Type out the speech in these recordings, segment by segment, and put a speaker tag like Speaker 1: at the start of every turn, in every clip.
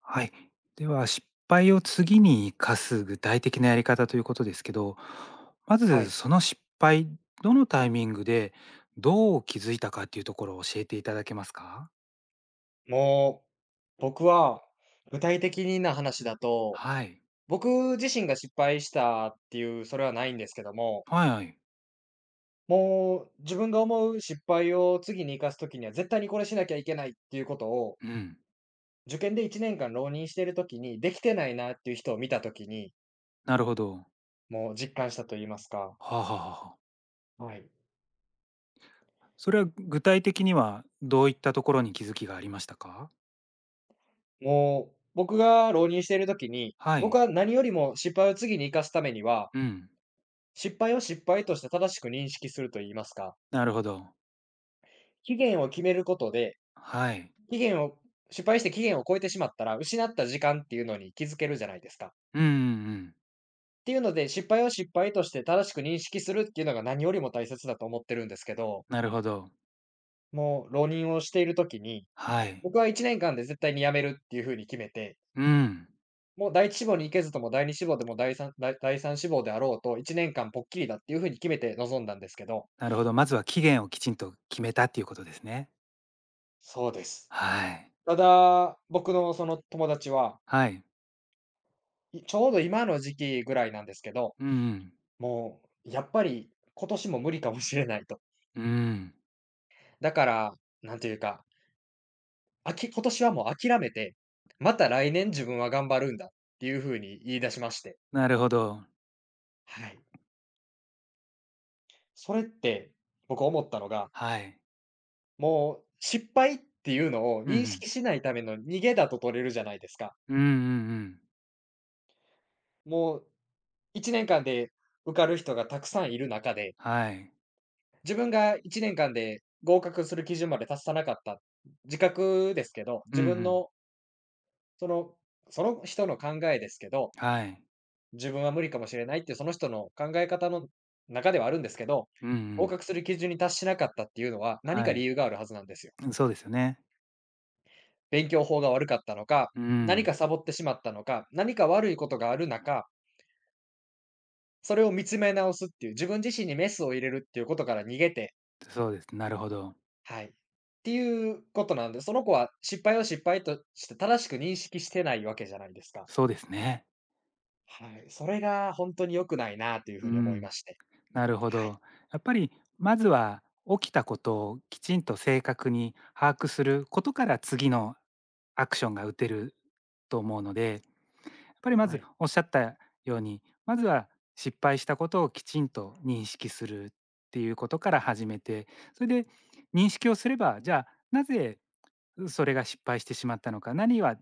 Speaker 1: はい。では、失敗を次に生かす具体的なやり方ということですけど、ま
Speaker 2: は
Speaker 1: ず
Speaker 2: い。
Speaker 1: その失敗、どのタイミングでどう気づいたかっていうところを教えていただけますか？
Speaker 2: もう、僕は、具体的な話だと、
Speaker 1: はい。
Speaker 2: 僕自身が失敗したっていう、それはないんですけども、
Speaker 1: はいはい。
Speaker 2: もう自分が思う失敗を次に生かす時には、絶対にこれしなきゃいけないっていうことを、
Speaker 1: うん。
Speaker 2: 受験で1年間浪人してる時に、できてないなっていう人を見た時に、
Speaker 1: なるほど。
Speaker 2: もう実感したと言いますか。
Speaker 1: はあはあはあはあ。
Speaker 2: はい。
Speaker 1: それは具体的にはどういったところに気づきがありましたか？
Speaker 2: もう、僕が浪人している時に、
Speaker 1: は
Speaker 2: 僕
Speaker 1: い。
Speaker 2: は何よりも失敗を次に生かすためには、
Speaker 1: うん。
Speaker 2: 失敗を失敗として正しく認識すると言いますか。
Speaker 1: なるほど。
Speaker 2: 期限を決めることで、
Speaker 1: はい。
Speaker 2: 期限を失敗して期限を超えてしまったら、失った時間っていうのに気づけるじゃないですか。っ
Speaker 1: うんうんうん。
Speaker 2: ていうので、失敗を失敗として正しく認識するっていうのが何よりも大切だと思ってるんですけど、
Speaker 1: なるほど。
Speaker 2: もう浪人をしている時に、
Speaker 1: はい。
Speaker 2: 僕は1年間で絶対に辞めるっていう風に決めて、
Speaker 1: うん。
Speaker 2: もう第一志望に行けずとも第二志望でも第三志望であろうと1年間ぽっきりだっていう風に決めて臨んだんですけど。
Speaker 1: なるほど、まずは期限をきちんと決めたっていうことですね。
Speaker 2: そうです。
Speaker 1: はい。
Speaker 2: ただ、僕のその友達は、
Speaker 1: はい。
Speaker 2: ちょうど今の時期ぐらいなんですけど、
Speaker 1: うんうん。
Speaker 2: もう、やっぱり今年も無理かもしれないと。
Speaker 1: うん。
Speaker 2: だから、なんていうか、今年はもう諦めて、また来年自分は頑張るんだっていう風に言い出しまして。
Speaker 1: なるほど。
Speaker 2: はい。それって、僕思ったのが、
Speaker 1: はい。
Speaker 2: もう失敗っていうのを
Speaker 1: うんう
Speaker 2: 認
Speaker 1: ん。
Speaker 2: 識しないための逃げだと取れるじゃないですか。
Speaker 1: うんうんうん。
Speaker 2: もう1年間で受かる人がたくさんいる中で、
Speaker 1: はい。
Speaker 2: 自分が1年間で合格する基準まで達さなかった自覚ですけど、
Speaker 1: うん
Speaker 2: 自
Speaker 1: う
Speaker 2: 分
Speaker 1: ん。
Speaker 2: のそのその人の考えですけど、
Speaker 1: はい。
Speaker 2: 自分は無理かもしれないっていうその人の考え方の中ではあるんですけど、
Speaker 1: うんう
Speaker 2: 合
Speaker 1: ん。
Speaker 2: 格する基準に達しなかったっていうのは、何
Speaker 1: は
Speaker 2: か理
Speaker 1: い。
Speaker 2: 由があるはずなんですよ。
Speaker 1: うん、そうですよね。
Speaker 2: 勉強法が悪かったのか、
Speaker 1: う
Speaker 2: 何
Speaker 1: ん。
Speaker 2: かサボってしまったのか、何か悪いことがある中、それを見つめ直すっていう、自分自身にメスを入れるっていうことから逃げて、
Speaker 1: そうです。なるほど。
Speaker 2: はい。っていうことなんで、その子は失敗を失敗として正しく認識してないわけじゃないですか。
Speaker 1: そうですね。
Speaker 2: はい。それが本当に良くないなというふ
Speaker 1: う
Speaker 2: うに思いま
Speaker 1: ん。
Speaker 2: して。
Speaker 1: なるほ
Speaker 2: はい。
Speaker 1: ど。やっぱり、まずは起きたことをきちんと正確に把握することから、次のアクションが打てると思うので、ま
Speaker 2: は
Speaker 1: ず
Speaker 2: い。
Speaker 1: おっしゃったように、まずは失敗したことをきちんと認識するっていうことから始めて、それで認識をすれば、じゃあなぜそれが失敗してしまったのか、何は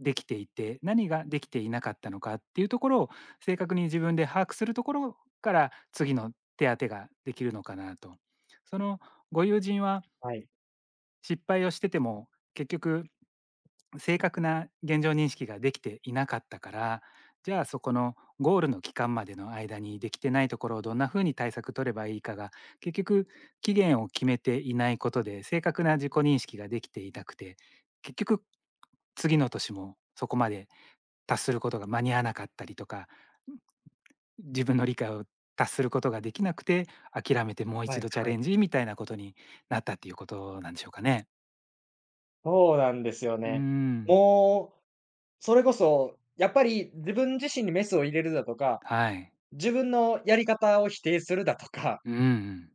Speaker 1: できていて、何ができていなかったのかっていうところを正確に自分で把握するところから次の手当てができるのかなと。そのご友人は
Speaker 2: はい。
Speaker 1: 失敗をしてても結局正確な現状認識ができていなかったから、じゃあそこのゴールの期間までの間にできてないところをどんなふうに対策取ればいいかが結局期限を決めていないことで正確な自己認識ができていなくて、結局次の年もそこまで達することが間に合わなかったりとか、自分の理解を達することができなくて、諦めてもう
Speaker 2: は
Speaker 1: 一
Speaker 2: い、
Speaker 1: 度チャ
Speaker 2: は
Speaker 1: レ
Speaker 2: い。
Speaker 1: ンジみたいなことになったっていうことなんでしょうかね。
Speaker 2: そうなんですよ
Speaker 1: うー
Speaker 2: ね。
Speaker 1: ん。
Speaker 2: もう、それこそ、やっぱり自分自身にメスを入れるだとか、
Speaker 1: はい。
Speaker 2: 自分のやり方を否定するだとか、
Speaker 1: う んうん。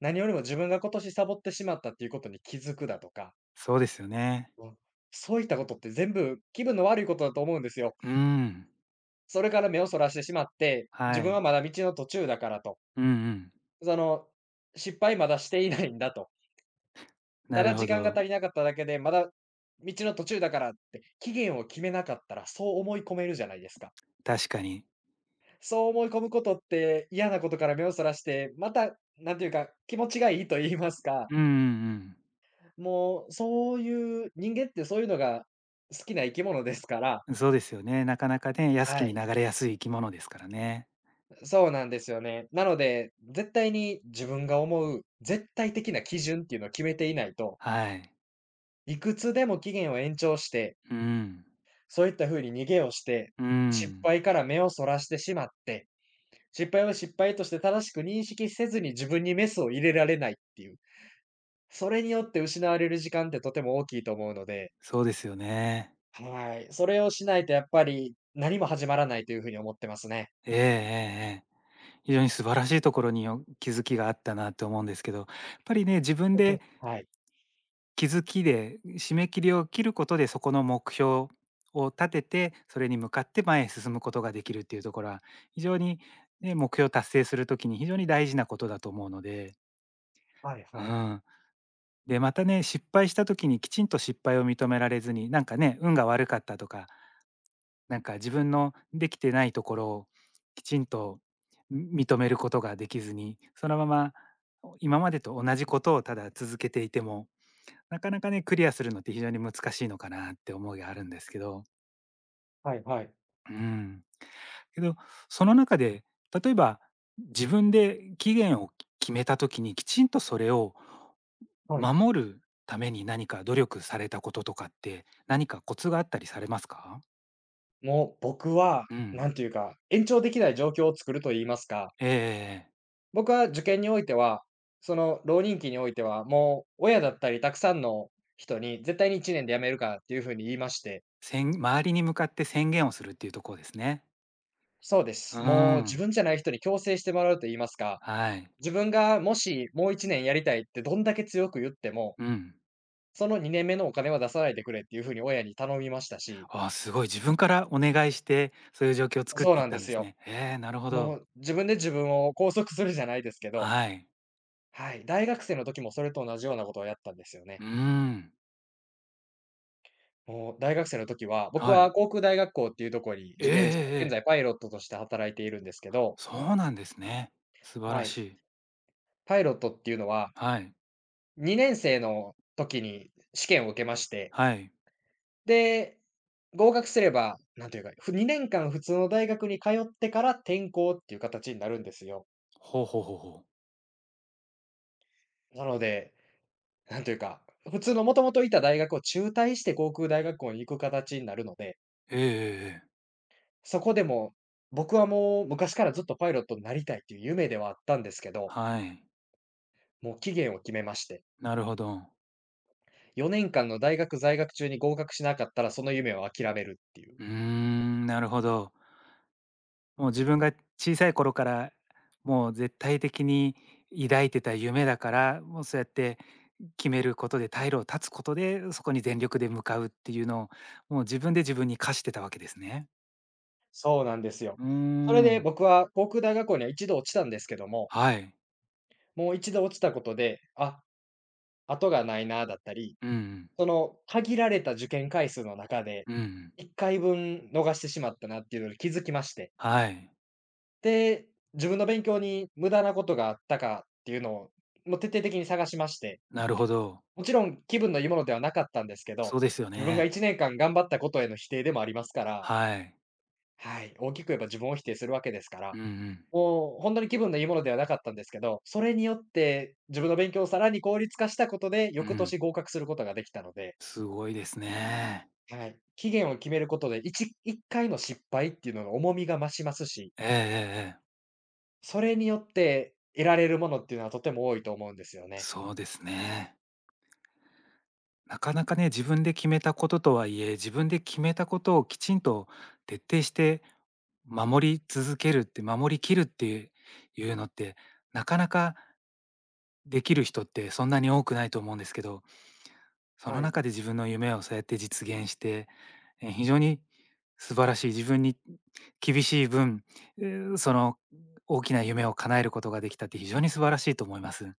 Speaker 2: 何よりも自分が今年サボってしまったっていうことに気づくだとか、
Speaker 1: そうですよね。
Speaker 2: うん、そういったことって全部気分の悪いことだと思うんですよ。
Speaker 1: うん。
Speaker 2: それから目をそらしてしまって、自
Speaker 1: は
Speaker 2: 分は
Speaker 1: い。
Speaker 2: まだ道の途中だからと。
Speaker 1: うんうん。
Speaker 2: その、失敗まだしていないんだと。た
Speaker 1: な
Speaker 2: だ
Speaker 1: る
Speaker 2: 時
Speaker 1: ほ
Speaker 2: 間が
Speaker 1: ど。
Speaker 2: 足りなかっただけで、まだ道の途中だからって期限を決めなかったら、そう思い込めるじゃないですか。
Speaker 1: 確かに。
Speaker 2: そう思い込むことって嫌なことから目をそらして、また、なんていうか、気持ちがいいと言いますか、
Speaker 1: うんうん
Speaker 2: もうそういう人間ってそういうのが好きな生き物ですから、
Speaker 1: うん。そうですよね。なかなかね、安気
Speaker 2: は
Speaker 1: きに
Speaker 2: い、
Speaker 1: 流れやすい生き物ですからね。
Speaker 2: そうなんですよね。なので、絶対に自分が思う絶対的な基準っていうのを決めていないと、
Speaker 1: はい。
Speaker 2: いくつでも期限を延長して
Speaker 1: うん。
Speaker 2: そういった風に逃げをして、
Speaker 1: う
Speaker 2: 失
Speaker 1: ん。
Speaker 2: 敗から目をそらしてしまって、失敗を失敗として正しく認識せずに自分にメスを入れられないっていう、それによって失われる時間ってとても大きいと思うので、
Speaker 1: そうですよね。
Speaker 2: はい。それをしないとやっぱり何も始まらないという風に思ってますね。
Speaker 1: ええええええ。非常に素晴らしいところにお気づきがあったなと思うんですけど、やっぱりね、自分で
Speaker 2: はい。
Speaker 1: 気づきで、締め切りを切ることで、そこの目標を立てて、それに向かって前へ進むことができるっていうところは、非常にね、目標を達成するときに非常に大事なことだと思うので、
Speaker 2: はい
Speaker 1: う
Speaker 2: はい。
Speaker 1: ん。で、またね、失敗した時にきちんと失敗を認められずに、なんかね、運が悪かったとか、なんか自分のできてないところをきちんと認めることができずに、そのまま今までと同じことをただ続けていても、なかなかね、クリアするのって非常に難しいのかなって思いがあるんですけど、
Speaker 2: はいはい。
Speaker 1: うん。けど、その中で、例えば自分で期限を決めた時にきちんとそれを
Speaker 2: はい。
Speaker 1: 守るために何か努力されたこととかって、何かコツがあったりされますか？
Speaker 2: もう僕は、
Speaker 1: う
Speaker 2: な
Speaker 1: ん。
Speaker 2: んていうか、延長できない状況を作ると言いますか。
Speaker 1: ええええ。
Speaker 2: 僕は受験においては、その浪人期においては、もう親だったりたくさんの人に絶対に1年で辞めるからっていうふうに言いまして、
Speaker 1: 周りに向かって宣言をするっていうところですね。
Speaker 2: そうで
Speaker 1: う
Speaker 2: す。もう自
Speaker 1: ん。
Speaker 2: 分じゃない人に強制してもらうと言いますか、
Speaker 1: はい。
Speaker 2: 自分がもしもう1年やりたいってどんだけ強く言っても、
Speaker 1: うん。
Speaker 2: その2年目のお金は出さないでくれっていうふうに親に頼みましたし、
Speaker 1: ああ、すごい自分からお願いして、そういう状況を作っ
Speaker 2: そう
Speaker 1: てい
Speaker 2: な
Speaker 1: っ
Speaker 2: んで
Speaker 1: たんで
Speaker 2: す
Speaker 1: す
Speaker 2: よ。
Speaker 1: ね。ええ、なるほ
Speaker 2: も
Speaker 1: ど。
Speaker 2: う自分で自分を拘束するじゃないですけど、
Speaker 1: はい。
Speaker 2: はい、大学生の時もそれと同じようなことをやったんですよ
Speaker 1: う
Speaker 2: ね。
Speaker 1: ーん。
Speaker 2: もう大学生の時は、僕
Speaker 1: は
Speaker 2: は
Speaker 1: い。
Speaker 2: 航空大学校っていうところに
Speaker 1: え
Speaker 2: 受
Speaker 1: ええええ
Speaker 2: 験して、現
Speaker 1: え。
Speaker 2: 在パイロットとして働いているんですけど、
Speaker 1: そうなんですね。素晴
Speaker 2: は
Speaker 1: ら
Speaker 2: い。
Speaker 1: しい。
Speaker 2: パイロットっていうのは、
Speaker 1: はい。
Speaker 2: 2年生の時に試験を受けまして、
Speaker 1: はい。
Speaker 2: で、合格すれば、なんというか、2年間普通の大学に通ってから転校っていう形になるんですよ。
Speaker 1: ほうほうほうほう。
Speaker 2: なので、なんというか、普通のもともといた大学を中退して航空大学校に行く形になるので、
Speaker 1: ええええええ。
Speaker 2: そこでも、僕はもう昔からずっとパイロットになりたいっていう夢ではあったんですけど、
Speaker 1: はい。
Speaker 2: もう期限を決めまして、
Speaker 1: なるほど。
Speaker 2: 4年間の大学在学中に合格しなかったら、その夢を諦めるっていう。
Speaker 1: うーん、なるほど。もう自分が小さい頃から、もう絶対的に抱いてた夢だから、もうそうやって決めることで退路を断つことで、そこに全力で向かうっていうのを、もう自分で自分に課してたわけですね。
Speaker 2: そうなんですよ。
Speaker 1: うー
Speaker 2: それで
Speaker 1: ん。
Speaker 2: 僕は航空大学校には一度落ちたんですけども、
Speaker 1: はい。
Speaker 2: もう一度落ちたことで、あ、後がないなだったり、
Speaker 1: うんうん。
Speaker 2: その限られた受験回数の中で、
Speaker 1: うんうん。
Speaker 2: 1回分逃してしまったなっていうのに気づきまして、
Speaker 1: はい。
Speaker 2: で、自分の勉強に無駄なことがあったかっていうのを、もう徹底的に探しまして、
Speaker 1: なるほど。
Speaker 2: もちろん気分のいいものではなかったんですけ
Speaker 1: そ
Speaker 2: ど、
Speaker 1: うですよ
Speaker 2: 自分が
Speaker 1: ね。
Speaker 2: 1年間頑張ったことへの否定でもありますから、
Speaker 1: はい。
Speaker 2: はい、大きく言えば自分を否定するわけですから、
Speaker 1: うんうん。
Speaker 2: もう本当に気分のいいものではなかったんですけど、それによって自分の勉強をさらに効率化したことで、
Speaker 1: う
Speaker 2: 翌
Speaker 1: ん。
Speaker 2: 年合格することができたので、
Speaker 1: すごいですね。
Speaker 2: はい、期限を決めることで、1回の失敗っていうのの重みが増しますし、
Speaker 1: ええええええ。
Speaker 2: それによって得られるものっていうのはとても多いと思うんですよね。
Speaker 1: そうですね。なかなかね、自分で決めたこととはいえ、自分で決めたことをきちんと徹底して守り続けるって、守りきるっていうのって、なかなかできる人ってそんなに多くないと思うんですけど、その
Speaker 2: はい。
Speaker 1: 中で自分の夢をそうやって実現して、え、非常に素晴らしい、自分に厳しい分、その大きな夢を叶えることができたって非常に素晴らしいと思います。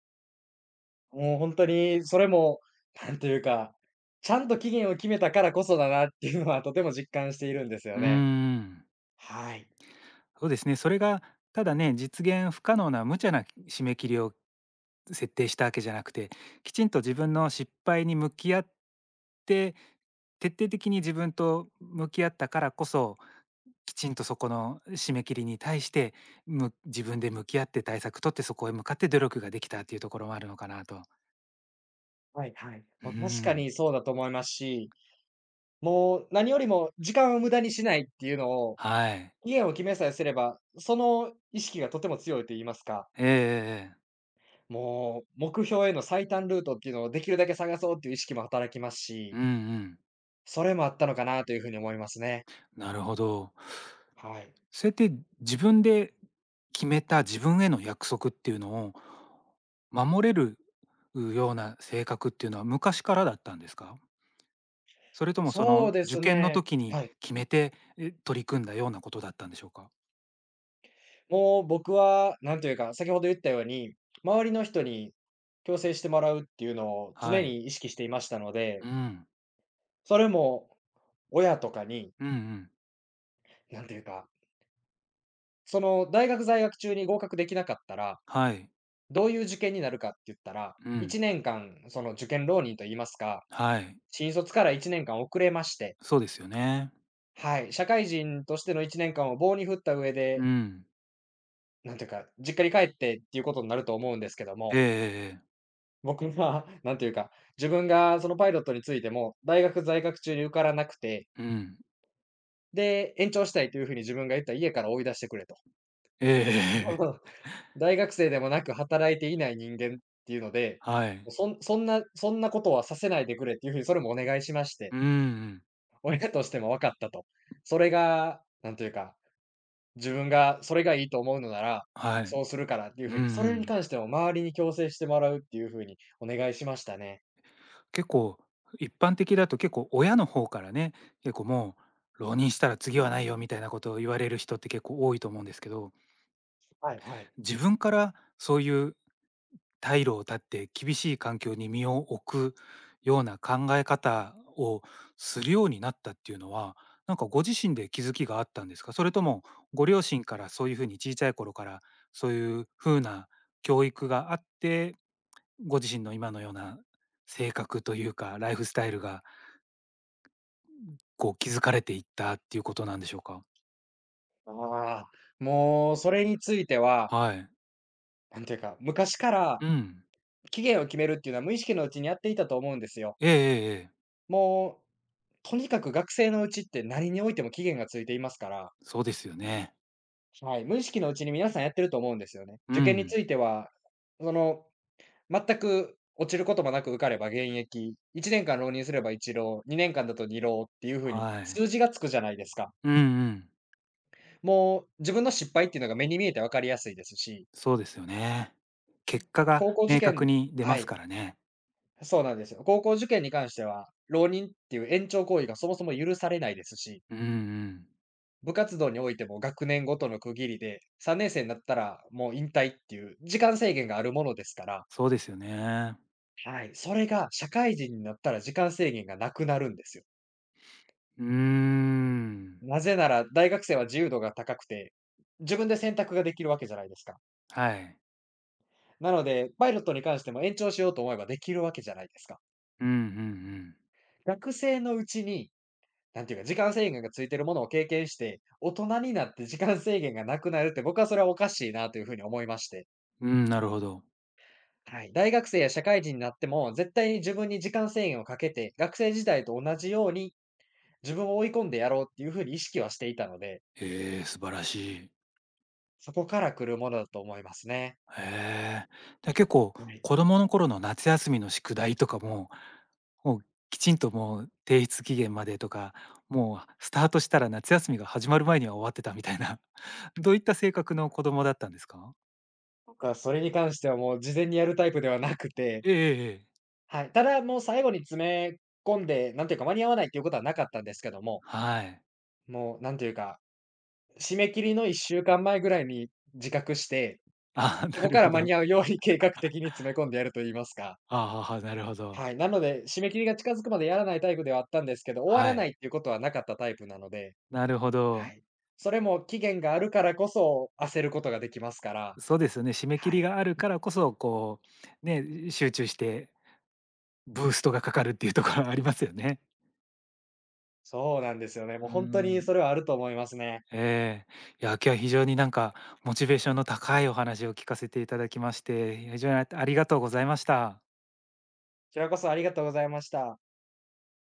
Speaker 2: もう本当にそれも、なんというか、ちゃんと期限を決めたからこそだなっていうのはとても実感しているんですよ
Speaker 1: うー
Speaker 2: ね。
Speaker 1: ん。
Speaker 2: はい。
Speaker 1: そうですね。それがただね、実現不可能な無茶な締め切りを設定したわけじゃなくて、きちんと自分の失敗に向き合って、徹底的に自分と向き合ったからこそ、きちんとそこの締め切りに対して、自分で向き合って対策取って、そこへ向かって努力ができたっていうところもあるのかなと。
Speaker 2: はいはい。
Speaker 1: う
Speaker 2: もう確か
Speaker 1: ん。
Speaker 2: にそうだと思いますし、もう何よりも時間を無駄にしないっていうのを、
Speaker 1: はい。
Speaker 2: 期限を決めさえすれば、その意識がとても強いと言いますか、
Speaker 1: ええええええ。
Speaker 2: もう目標への最短ルートっていうのをできるだけ探そうっていう意識も働きます
Speaker 1: う
Speaker 2: し、
Speaker 1: んうん。
Speaker 2: それもあったのかなという風に思いますね。
Speaker 1: なるほど。
Speaker 2: はい。
Speaker 1: それって自分で決めた自分への約束っていうのを守れるような性格っていうのは昔からだったんですか？それともそ
Speaker 2: そう
Speaker 1: の
Speaker 2: で
Speaker 1: 受
Speaker 2: す
Speaker 1: 験の
Speaker 2: ね。
Speaker 1: 時に
Speaker 2: はい。
Speaker 1: 決めて、取り組んだようなことだったんでしょうか？
Speaker 2: もう僕は、なんというか、先ほど言ったように、周りの人に強制してもらうっていうのを
Speaker 1: は
Speaker 2: 常
Speaker 1: い。
Speaker 2: に意識していましたので、
Speaker 1: うん。
Speaker 2: それも親とかに、
Speaker 1: うんうん。
Speaker 2: なんというか、その大学在学中に合格できなかったら、
Speaker 1: はい。
Speaker 2: どういう受験になるかって言ったら、
Speaker 1: うん。
Speaker 2: 1年間、その受験浪人と言いますか、
Speaker 1: はい。
Speaker 2: 新卒から1年間遅れまして、
Speaker 1: そうですよね。
Speaker 2: はい、社会人としての1年間を棒に振った上で、
Speaker 1: うん。
Speaker 2: なんていうか、実家に帰ってっていうことになると思うんですけど
Speaker 1: え
Speaker 2: も、
Speaker 1: えええええ。
Speaker 2: 僕は、なんていうか、自分がそのパイロットについても、大学在学中に受からなくて、
Speaker 1: うん。
Speaker 2: で、延長したいという風に自分が言ったら家から追い出してくれと。
Speaker 1: ええええええ。
Speaker 2: 大学生でもなく働いていない人間っていうので、
Speaker 1: はい。
Speaker 2: そんなことはさせないでくれっていう風にそれもお願いしまして、
Speaker 1: うんうん。
Speaker 2: 親としても分かったと。それが、なんていうか、自分がそれがいいと思うのなら、
Speaker 1: はい。
Speaker 2: そうするからっていう
Speaker 1: うん
Speaker 2: 風
Speaker 1: う
Speaker 2: に、それに
Speaker 1: ん。
Speaker 2: 関しても周りに強制してもらうっていう風にお願いしましたね。
Speaker 1: 結構、一般的だと結構親の方からね、結構もう浪人したら次はないよみたいなことを言われる人って結構多いと思うんですけど、
Speaker 2: はいはい。
Speaker 1: 自分からそういう退路を断って厳しい環境に身を置くような考え方をするようになったっていうのは、なんかご自身で気づきがあったんですか？それともご両親からそういうふうに小さい頃からそういう風な教育があって、ご自身の今のような性格というか、ライフスタイルがこう気づかれていったっていうことなんでしょうか？
Speaker 2: ああ、もうそれについては、
Speaker 1: はい。
Speaker 2: なんていうか、昔から
Speaker 1: うん。
Speaker 2: 期限を決めるっていうのは無意識のうちにやっていたと思うんですよ。
Speaker 1: ええええええ。
Speaker 2: もう、とにかく学生のうちって何においても期限がついていますから、
Speaker 1: そうですよね。
Speaker 2: はい、無意識のうちに皆さんやってると思うんですよね。
Speaker 1: う
Speaker 2: 受験に
Speaker 1: ん。
Speaker 2: ついては、その、全く落ちることもなく受かれば現役、1年間浪人すれば一浪、2年間だと二浪っていう風に
Speaker 1: はい。
Speaker 2: 数字がつくじゃないですか。
Speaker 1: うんうん。
Speaker 2: もう自分の失敗っていうのが目に見えて分かりやすいですし、
Speaker 1: そうですよね。結果が
Speaker 2: 高校受
Speaker 1: 明確
Speaker 2: 験
Speaker 1: に出
Speaker 2: は
Speaker 1: ます
Speaker 2: い。
Speaker 1: からね。
Speaker 2: そうなんですよ。高校受験に関しては、浪人っていう延長行為がそもそも許されないですし、
Speaker 1: うんうん。
Speaker 2: 部活動においても学年ごとの区切りで、3年生になったらもう引退っていう時間制限があるものですから、
Speaker 1: そうですよね。
Speaker 2: はい、それが社会人になったら時間制限がなくなるんですよ。
Speaker 1: うーん。
Speaker 2: なぜなら大学生は自由度が高くて、自分で選択ができるわけじゃないですか。
Speaker 1: はい。
Speaker 2: なので、パイロットに関しても延長しようと思えばできるわけじゃないですか。
Speaker 1: うんうんうん。
Speaker 2: 学生のうちになんていうか、時間制限がついてるものを経験して、大人になって時間制限がなくなるって、僕はそれはおかしいなというふうに思いまして。
Speaker 1: うん、なるほど。
Speaker 2: はい。大学生や社会人になっても、絶対に自分に時間制限をかけて、学生時代と同じように自分を追い込んでやろうっていうふうに意識はしていたので、
Speaker 1: ええ、素晴らしい。
Speaker 2: そこから来るものだと思いますね。
Speaker 1: へえ。結構、
Speaker 2: はい。
Speaker 1: 子供の頃の夏休みの宿題とかももうきちんともう提出期限までとか、もうスタートしたら夏休みが始まる前には終わってたみたいな、どういった性格の子供だったんですか？
Speaker 2: 僕はそれに関してはもう事前にやるタイプではなくて、
Speaker 1: ええええ。
Speaker 2: はい。ただ、もう最後に詰め込んで、なんていうか間に合わないっていうことはなかったんですけども、
Speaker 1: はい。
Speaker 2: もうなんていうか締め切りの1週間前ぐらいに自覚して、
Speaker 1: あ
Speaker 2: そ
Speaker 1: な
Speaker 2: こ
Speaker 1: る
Speaker 2: か
Speaker 1: ほ
Speaker 2: ら間
Speaker 1: ど。
Speaker 2: に合うように計画的に詰め込んでやると言いますか。
Speaker 1: ああ、なるほど。
Speaker 2: はい、なので、締め切りが近づくまでやらないタイプではあったんですけど、終わ
Speaker 1: は
Speaker 2: らな
Speaker 1: い。
Speaker 2: いっていうことはなかったタイプなので、
Speaker 1: なるほ
Speaker 2: は
Speaker 1: ど。
Speaker 2: い。それも期限があるからこそ、焦ることができますから、
Speaker 1: そうですよね、締め切
Speaker 2: は
Speaker 1: り
Speaker 2: い。
Speaker 1: があるからこそ、こう、ね、集中してブーストがかかるっていうところありますよね。
Speaker 2: そうなんですよね。も
Speaker 1: う
Speaker 2: う
Speaker 1: ー
Speaker 2: 本当に
Speaker 1: ん。
Speaker 2: それはあると思いますね。
Speaker 1: ええ。いや、今日は非常になんかモチベーションの高いお話を聞かせていただきまして、非常にありがとうございました。
Speaker 2: こちらこそありがとうございました。